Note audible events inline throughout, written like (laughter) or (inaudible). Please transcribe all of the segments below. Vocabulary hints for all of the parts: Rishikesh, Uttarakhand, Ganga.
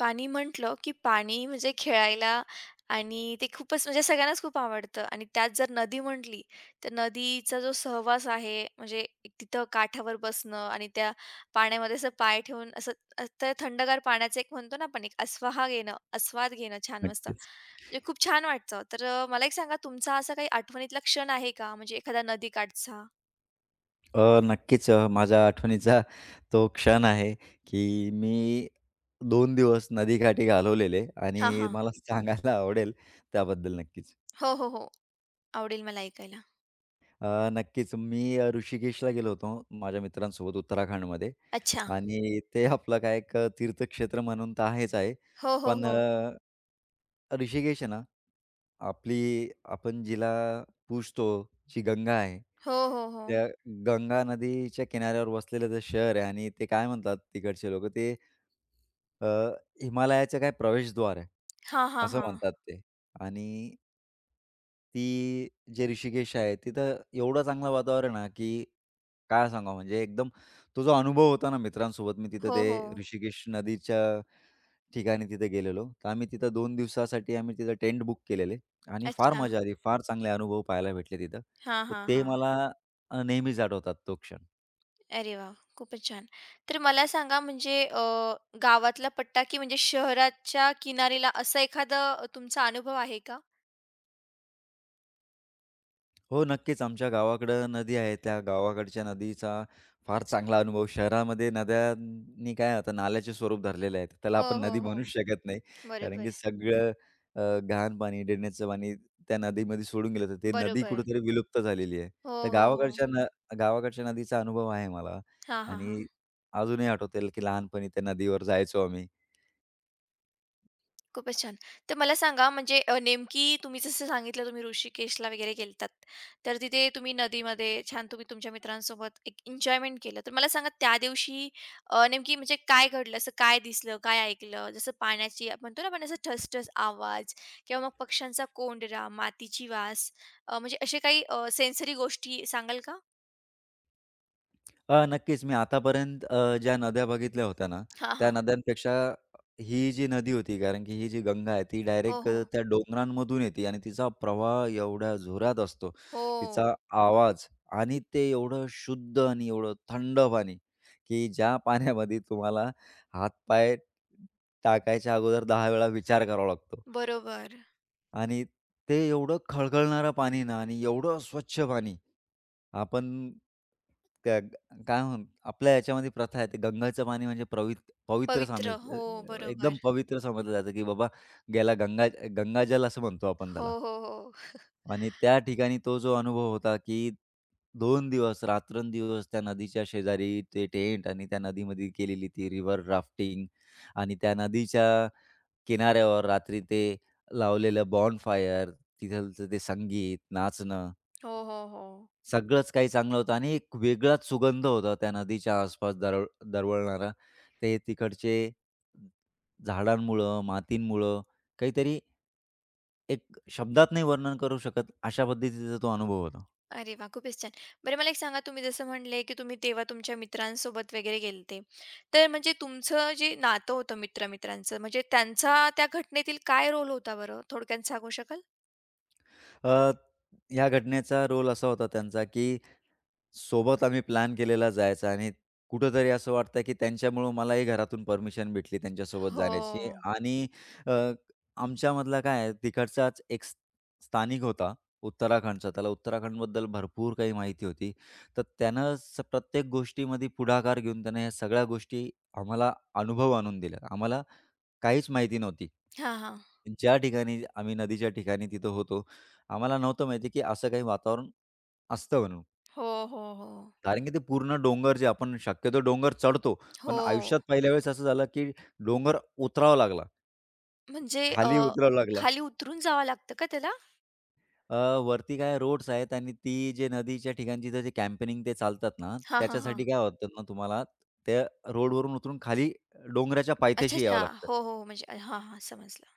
पाणी म्हटलं, की पाणी म्हणजे खेळायला आणि ते खूपच म्हणजे सगळ्यांनाच खूप आवडतं आणि त्यात जर नदी म्हटली, तर नदीचा जो सहवास आहे, म्हणजे एक तिथं काठावर बसणं आणि त्या पाण्यामध्ये असं पाय ठेवून असं त्या थंडगार पाण्याचं एक म्हणतो ना आपण एक आस्वाहा घेणं, आस्वाद घेणं छान मस्त. नक्कीच. म्हणजे खूप छान वाटतं. तर मला एक सांगा तुमचा असा काही आठवणीतला क्षण आहे का? म्हणजे एखादा नदीकाठचा? नक्कीच माझ्या आठवणीचा तो क्षण आहे, की मी दोन दिवस नदीकाठी घालवलेले हां, आणि हां. मला सांगायला आवडेल त्याबद्दल नक्कीच. हो, हो, हो. आवडेल मला ऐकायला. नक्कीच मी ऋषिकेशला गेलो होतो माझ्या मित्रांसोबत उत्तराखंडमध्ये अच्छा. आणि ते आपलं काय एक तीर्थक्षेत्र म्हणून तर आहेच आहे. हो, हो, पण हो. अ, ऋषिकेश आहे ना आपण जिला पूजतो, जी गंगा आहे, हो, हो, हो. त्या गंगा नदीच्या किनाऱ्यावर वसलेलं ते शहर आहे आणि ते काय म्हणतात तिकडचे लोकं ते अ, हिमालयाचं काय प्रवेशद्वार आहे, हां, हां, असं हां. म्हणतात ते आणि ती जे ऋषिकेश आहे, तिथं एवढं चांगलं वातावरण आहे ना, की काय सांगावं म्हणजे एकदम तो जो अनुभव होता ना मित्रांसोबत मी तिथं हो, हो. ते ऋषिकेश नदीच्या ठिकाणी तिथे गेलेलो. तर आम्ही तिथं 2 दिवसासाठी आम्ही तिथं टेंट बुक केलेले आणि फार अच्छा. मजा आली. फार चांगले अनुभव पाहायला भेटले तिथं. हां, तर हां, ते हां. मला नेहमीच आठवतात तो क्षण. अरे वाह! खूपच छान. तर मला सांगा म्हणजे गावातला पट्टा की म्हणजे शहराच्या किनारीला असा एखादा तुमचा अनुभव आहे का? हो, नक्कीच. आमच्या गावाकडं नदी आहे. त्या गावाकडच्या नदीचा फार चांगला अनुभव. शहरामध्ये नद्यांनी काय आता नाल्याचे स्वरूप धरलेले आहेत. त्याला हो, आपण हो, नदी हो. म्हणूच शकत नाही. कारण की बरोबर. सगळं घाण पाणी, ड्रेनेजचं पाणी त्या नदीमध्ये सोडून गेलं, तर ते नदी बरोबर. कुठेतरी विलुप्त झालेली आहे. हो, तर हो, हो. गावाकडच्या न गावाकडच्या नदीचा अनुभव आहे मला हां, हां, हां. आणि अजूनही आठवतं की लहानपणी त्या नदीवर जायचो आम्ही. खूपच छान. तर मला सांगा म्हणजे नेमकी तुम्ही जसं सांगितलं तुम्ही ऋषिकेशला वगैरे गेलात. तर तिथे तुम्ही नदीमध्ये छान तुम्ही तुमच्या मित्रांसोबत एक एन्जॉयमेंट केलं. तर मला सांगा त्या दिवशी नेमकी म्हणजे काय घडलं? असं काय दिसलं? काय ऐकलं? जसं पाण्याची आपण म्हणतो ना आपण असं ठसठस आवाज किंवा मग पक्ष्यांचा कोंडरा, मातीची वास म्हणजे असे काही सेन्सरी गोष्टी सांगाल का? नक्कीच. मी आतापर्यंत ज्या नद्या बघितल्या होत्या ना, हां, त्या हां. नद्यांपेक्षा ही जी नदी होती, कारण की ही जी गंगा आहे, ती हो, डायरेक्ट हो. त्या डोंगरांमधून येते आणि तिचा प्रवाह एवढ्या जोरात असतो. हो. तिचा आवाज आणि ते एवढं शुद्ध आणि एवढं थंड पाणी, की ज्या पाण्यामध्ये तुम्हाला हातपाय टाकायच्या अगोदर 10 वेळा विचार करावा लागतो बरोबर. आणि ते एवढं खळखळणारं पाणी ना आणि एवढं स्वच्छ पाणी आपण त्या काय म्हणू आपल्या याच्यामध्ये प्रथा आहे, ते गंगाचं पाणी म्हणजे पवित्र समज पवित्र. हो, एकदम बरोबर. पवित्र समजलं जातं, की बाबा गेला गंगाजल असं म्हणतो आपण त्याला. हो, हो, हो. आणि त्या ठिकाणी तो जो अनुभव होता, की 2 दिवस रात्रंदिवस त्या नदीच्या शेजारी ते टेंट आणि त्या नदीमध्ये केलेली ती रिव्हर राफ्टिंग आणि त्या नदीच्या किनाऱ्यावर रात्री ते लावलेलं बॉनफायर, तिथलचं ते संगीत, नाचणं. हो, हो, हो. सगळंच काही चांगलं होतं आणि एक वेगळाच सुगंध होता त्या नदीच्या आसपास दरवळणारा. ते तिकडचे झाडांमुळं, मातींमुळं काहीतरी एक शब्दात नाही वर्णन करू शकत, अशा पद्धतीचा तो अनुभव होता. अरे वाह! खूपच छान. बरं मला एक सांगा तुम्ही जसं म्हणले, की तुम्ही तेव्हा तुमच्या मित्रांसोबत वगैरे गेलते. तर म्हणजे तुमचं जे नातं होतं मित्र-मित्रांचं म्हणजे त्यांचा त्या घटनेतील काय रोल होता बरं? थोडक्यात सांगू शकाल? अ, ह्या घटनेचा रोल असा होता त्यांचा की सोबत आम्ही प्लॅन केलेला जायचा आणि कुठेतरी असं वाटतं, की त्यांच्यामुळं मलाही घरातून परमिशन भेटली त्यांच्यासोबत हो. जाण्याची आणि अ, आमच्यामधला काय आहे तिकडचाच एक स्थानिक होता उत्तराखंडचा. त्याला उत्तराखंडबद्दल भरपूर काही माहिती होती. तर त्यानं प्रत्येक गोष्टीमध्ये पुढाकार घेऊन त्यानं ह्या सगळ्या गोष्टी आम्हाला अनुभव आणून दिला. आम्हाला काहीच माहिती नव्हती. हां, हां. ज्या ठिकाणी आम्ही नदीच्या ठिकाणी तिथं होतो, आम्हाला नव्हतं माहिती, की असं काही वातावरण असतं म्हणून. हो, हो, हो. कारण की ते पूर्ण डोंगर जे आपण शक्यतो डोंगर चढतो, पण हो. आयुष्यात पहिल्या वेळेस असं झालं, की डोंगर उतरावा लागला, म्हणजे खाली उतरावा लागला. खाली उतरून जावं लागतं का त्याला? अ, वरती काय रोड्स आहेत आणि ती जे नदीच्या ठिकाणची जे कॅम्पेनिंग ते चालतात ना, हां, हां, हां. त्याच्यासाठी काय होतात ना तुम्हाला त्या रोडवरून उतरून खाली डोंगराच्या अच्छा, पायथ्याशी यावं अच्छा. लागतं. हो, हो. म्हणजे हां, हां. समजलं.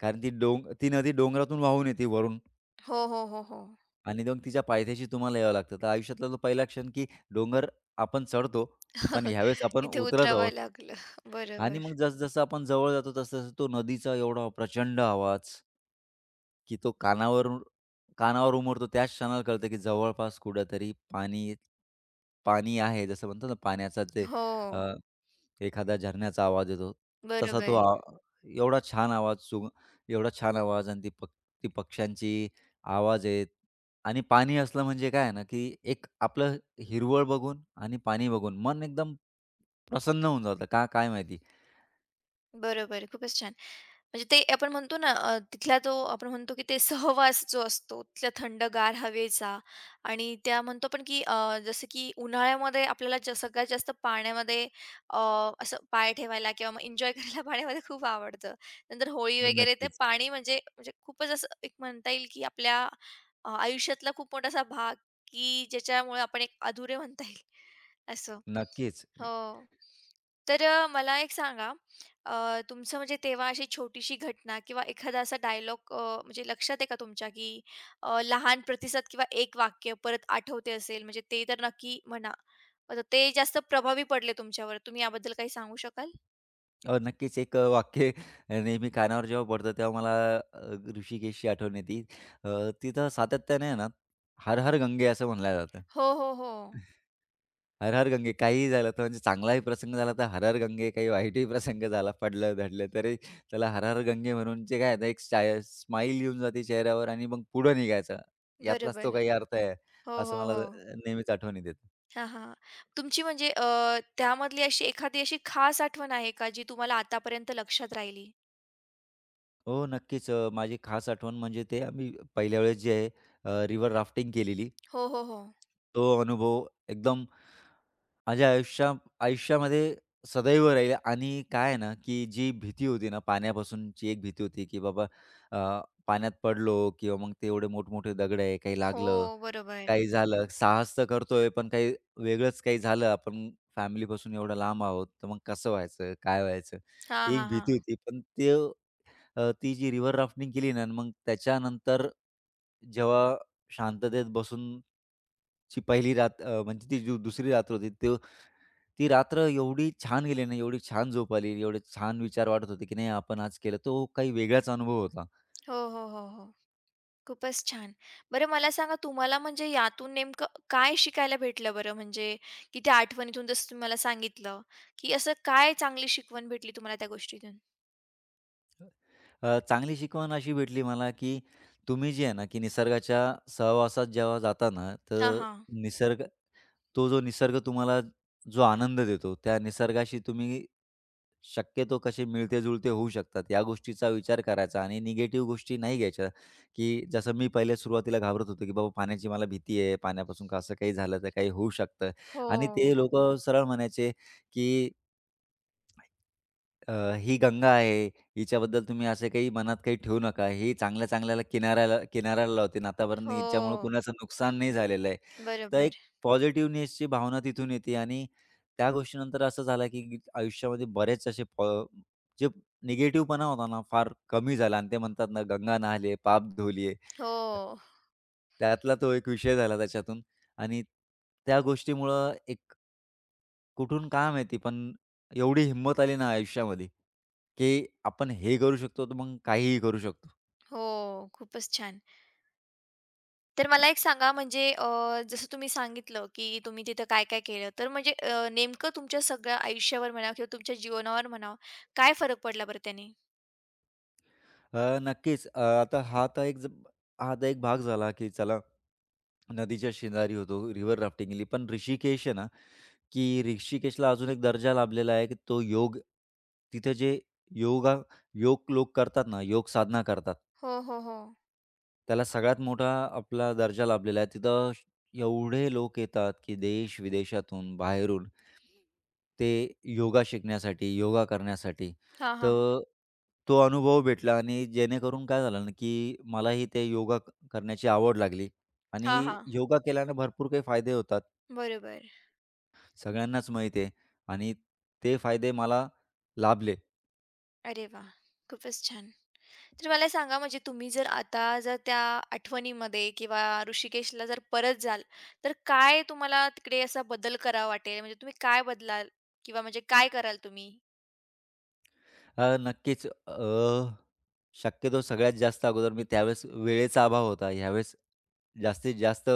कारण ती नदी डोंगरातून वाहून येते वरून हो, हो, हो, हो. आणि मग तिच्या पायथ्याशी तुम्हाला यावं लागतं. तर आयुष्यातला तो पहिला क्षण, की डोंगर आपण चढतो, पण (laughs) ह्यावेळेस आपण इथे उतरत उतरावं आहोत. लागलं. आणि बरोबर. मग जसं-जसं आपण जवळ जातो, तसं तो नदीचा एवढा प्रचंड आवाज, की तो कानावर कानावर उमटतो. त्याच क्षणाला कळतं, की जवळपास कुठेतरी पाणी पाणी आहे. जसं म्हणतो ना, पाण्याचा जे हो. अ, एखादा झरण्याचा आवाज येतो, तसा तो बरोबर. आ एवढा छान आवाज सु एवढा छान आवाज आणि ती पक्ष्यांची आवाज आहेत आणि पाणी असलं म्हणजे काय आहे ना, की एक आपलं हिरवळ बघून आणि पाणी बघून मन एकदम प्रसन्न होऊन जातं. का काय माहिती? बरोबर. खूपच छान. म्हणजे ते आपण म्हणतो ना तिथला तो आपण म्हणतो की ते सहवास जो असतो, तिथल्या थंडगार हवेचा आणि त्या म्हणतो आपण की जसं की उन्हाळ्यामध्ये आपल्याला ज सगळ्यात जास्त पाण्यामध्ये अ, असं पाय ठेवायला किंवा मग एन्जॉय करायला (laughs) पाण्यामध्ये खूप आवडतं. नंतर होळी वगैरे ते नक्कीच. पाणी म्हणजे म्हणजे खूपच असं एक म्हणता येईल की आपल्या आयुष्यातला खूप मोठासा भाग की ज्याच्यामुळे आपण एक अधुरे म्हणता येईल असं. नक्कीच. हो. तर मला एक सांगा तुमचं म्हणजे तेव्हा अशी छोटीशी घटना किंवा एखादा असा डायलॉग म्हणजे लक्षात आहे का तुमच्या की लहान प्रतिसाद किंवा एक वाक्य परत आठवते असेल म्हणजे ते तर नक्की म्हणा. आता ते जास्त प्रभावी पडले तुमच्यावर. तुम्ही याबद्दल काही सांगू शकाल? नक्कीच एक वाक्य नेहमी कानावर जेव्हा पडतं तेव्हा मला अ, ऋषिकेशची आठवण येते. अ, तिथं सातत्याने आहे ना, "हर हर गंगे" असं म्हणलं जातं. हो, हो, हो. हर हर गंगे काहीही झालं तर म्हणजे चांगलाही प्रसंग झाला तर हर हर गंगे, काही वाईटही प्रसंग झाला, पडलं-धडलं तरी त्याला हर हर गंगे म्हणून जे काय आहे ना, एक स्माईल येऊन जाते चेहऱ्यावर आणि मग पुढे निघायचं. यातलाच तो बरोबर. काही अर्थ आहे, हो, असं हो, मला हो. नेहमीच आठवण येते. हां, हां. तुमची म्हणजे त्यामधली अशी एखादी अशी खास आठवण आहे का जी तुम्हाला आतापर्यंत लक्षात राहिली? हो, नक्कीच. माझी खास आठवण म्हणजे ते आम्ही पहिल्या वेळेस जे आहे रिव्हर राफ्टिंग केलेली. हो, हो, हो. तो अनुभव एकदम माझ्या आयुष्या आयुष्यामध्ये सदैव राहील आणि काय आहे ना, की जी भीती होती ना, पाण्यापासूनची एक भीती होती, की बाबा अ, पाण्यात पडलो किंवा मग ते एवढे मोठमोठे दगड आहे, काही हो, लागलं, काही बरोबर. झालं. साहस तर करतोय, पण वेगळंच काही झालं, आपण फॅमिलीपासून एवढं लांब आहोत, तर मग कसं व्हायचं, काय व्हायचं? ती हां, एक हां, भीती हां. होती. पण ती जी रिव्हर राफ्टिंग केली ना, मग त्याच्यानंतर जेव्हा शांततेत बसून ची पहिली रात अ, म्हणजे ती जी दुसरी रात्र होती, ती रात्र एवढी छान गेली ना, एवढी छान झोप आली, एवढे छान विचार वाटत होते, की नाही आपण आज केलं. तो काही वेगळाच अनुभव होता. हो, हो, हो, हो. खूपच छान. बरं मला सांगा तुम्हाला म्हणजे यातून नेमकं काय शिकायला भेटलं बरं? म्हणजे की त्या आठवणीतून जसं तुम्ही मला सांगितलं, की असं काय चांगली शिकवण भेटली तुम्हाला त्या गोष्टीतून? चांगली शिकवण अशी भेटली मला, की तुम्ही जे आहे ना, की निसर्गाच्या सहवासात जेव्हा जाता ना, हां, तर हां. निसर्ग तो जो निसर्ग तुम्हाला जो आनंद देतो, त्या निसर्गाशी तुम्ही शक्यतो कसे मिळते-जुळते होऊ शकतात, या गोष्टीचा विचार करायचा आणि निगेटिव्ह गोष्टी नाही घ्यायच्या, की जसं मी पहिले सुरुवातीला घाबरत होतो, की बाबा पाण्याची मला भीती आहे, पाण्यापासून का असं काही झालं तर काही होऊ शकतं हो, आणि ते लोकं सरळ म्हणायचे, की अ, ही गंगा आहे, हिच्याबद्दल तुम्ही असे काही मनात काही ठेवू नका. ही चांगल्या-चांगल्याला किनाऱ्याला किनाऱ्याला लावते, आतापर्यंत हिच्यामुळे हो. कुणाचं नुकसान नाही झालेलं आहे. तर बरोबर. एक पॉझिटिव्हनेसची भावना तिथून येते आणि त्या गोष्टीनंतर असं झालं, की आयुष्यामध्ये बरेच असे पॉ जे निगेटिव्हपणा होता ना, फार कमी झाला आणि ते म्हणतात ना, गंगा नाहले पाप धुलिये. हो, त्यातला तो एक विषय झाला त्याच्यातून आणि त्या गोष्टीमुळं एक कुठून काय माहिती, पण एवढी हिंमत आली ना आयुष्यामध्ये, की आपण हे करू शकतो, तर मग काहीही करू शकतो. हो. खूपच छान. तर मला एक सांगा म्हणजे जसं तुम्ही सांगितलं, की तुम्ही तिथं काय-काय केलं. तर म्हणजे नेमकं तुमच्या सगळ्या आयुष्यावर म्हणा किंवा तुमच्या जीवनावर म्हणा, काय फरक पडला बरं त्याने? नक्कीच. आता हा तर एक भाग झाला, की चला नदीच्या शेजारी होतो, रिव्हर राफ्टिंगली. पण ऋषिकेश आहे ना, की ऋषिकेशला अजून एक दर्जा लाभलेला आहे, की तो योग तिथं जे योगा योग लोक करतात ना, योग साधना करतात, हो, हो, हो. त्याला सगळ्यात मोठा आपला दर्जा लाभलेला आहे. एवढे लोक येतात, की देश-विदेशातून, बाहेरून ते योगा शिकण्यासाठी, योगा करण्यासाठी. हां, हां. तर तो अनुभव भेटला आणि जेणेकरून काय झालं ना, की मलाही ते योगा क करण्याची आवड लागली आणि हां, हां. योगा केल्याने भरपूर काही फायदे होतात. बरोबर. सगळ्यांनाच माहीत आहे आणि ते फायदे मला लाभले. अरे वाह! खूपच छान. तर मला सांगा म्हणजे तुम्ही जर आता जर त्या आठवणीमध्ये किंवा ऋषिकेशला जर परत जाल, तर काय तुम्हाला तिकडे असा बदल करावा वाटेल? म्हणजे तुम्ही काय बदलाल किंवा म्हणजे काय कराल तुम्ही? नक्कीच. शक्यतो सगळ्यात जास्त अगोदर मी त्यावेळेस वेळेचा अभाव होता. ह्यावेळेस जास्तीत जास्त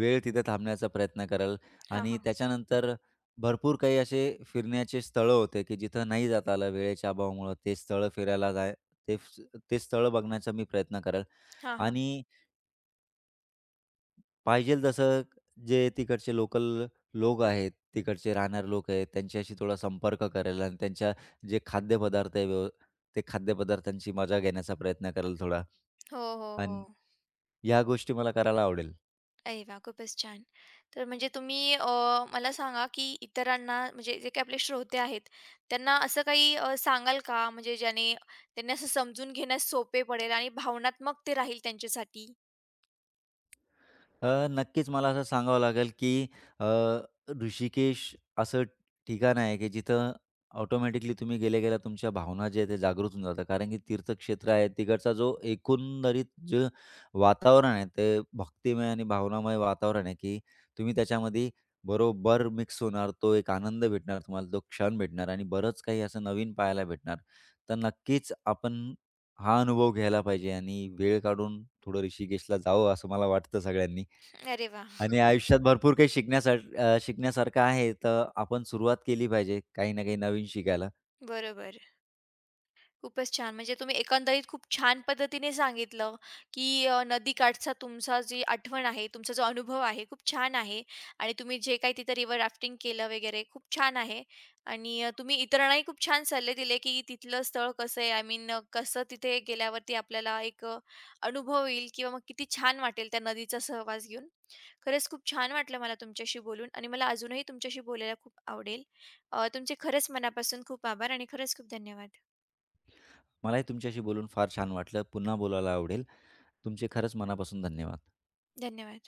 वेळ तिथे थांबण्याचा प्रयत्न करेल हां, आणि हां. त्याच्यानंतर भरपूर काही असे फिरण्याचे स्थळं होते, की जिथं नाही जाता आलं वेळेच्या अभावामुळं. ते स्थळं फिरायला जाय ते फ- ते स्थळं बघण्याचा मी प्रयत्न करेल हां, हां. आणि पाहिजेल तसं जे तिकडचे लोक आहेत, तिकडचे राहणारे लोक आहेत, त्यांच्याशी थोडा संपर्क करायला आणि त्यांच्या जे खाद्यपदार्थ आहे व्यव ते खाद्यपदार्थांची मजा घेण्याचा प्रयत्न करायला थोडा हो, हो, हो. आणि ह्या गोष्टी मला करायला आवडेल. अरे वाह! खूपच छान. तर म्हणजे तुम्ही मला सांगा की इतरांना म्हणजे जे काही आपले श्रोते आहेत, त्यांना असं काही सांगाल का? म्हणजे ज्याने त्यांना असं समजून घेण्यास सोपे पडेल आणि भावनात्मक ते राहील त्यांच्यासाठी? नक्कीच मला असं सांगावं लागेल की अ, ऋषिकेश असं ठिकाण आहे की जिथं ऑटोमॅटिकली तुम्ही गेल्या गेल्या तुमच्या भावना जे आहेत ते जागृत होऊन जातात कारण की तीर्थक्षेत्र आहे तिकडचा जो एकंदरीत जे वातावरण आहे ते भक्तिमय आणि भावनामय वातावरण आहे की तुम्ही त्याच्यामध्ये बरोबर मिक्स होणार तो एक आनंद भेटणार तुम्हाला तो क्षण भेटणार आणि बरंच काही असं नवीन पाहायला भेटणार तर नक्कीच आपण हा अनुभव घ्यायला पाहिजे आणि वेळ काढून थोडं ऋषिकेशला जावं असं मला वाटतं सगळ्यांनी अरे वाह! आणि आयुष्यात भरपूर काही शिकण्यासारखं आहे, तर आपण सुरुवात केली पाहिजे काही ना काही नवीन शिकायला. बरोबर. खूपच छान. म्हणजे तुम्ही एकंदरीत खूप छान पद्धतीने सांगितलं, की नदीकाठचा तुमचा जी आठवण आहे, तुमचा जो अनुभव आहे, खूप छान आहे आणि तुम्ही जे काही तिथं रिव्हर राफ्टिंग केलं वगैरे खूप छान आहे आणि तुम्ही इतरांनाही खूप छान सल्ले दिले, की तिथलं स्थळ कसं आहे, आय मीन कसं तिथे गेल्यावरती आपल्याला एक अनुभव येईल किंवा मग किती छान वाटेल त्या नदीचा सहवास घेऊन. खरंच खूप छान वाटलं मला तुमच्याशी बोलून आणि मला अजूनही तुमच्याशी बोलायला खूप आवडेल. तुमचे खरंच मनापासून खूप आभार आणि खरंच खूप धन्यवाद. मलाही तुमच्याशी बोलून फार छान वाटलं. पुन्हा बोलायला आवडेल. तुमचे खरंच मनापासून धन्यवाद. धन्यवाद.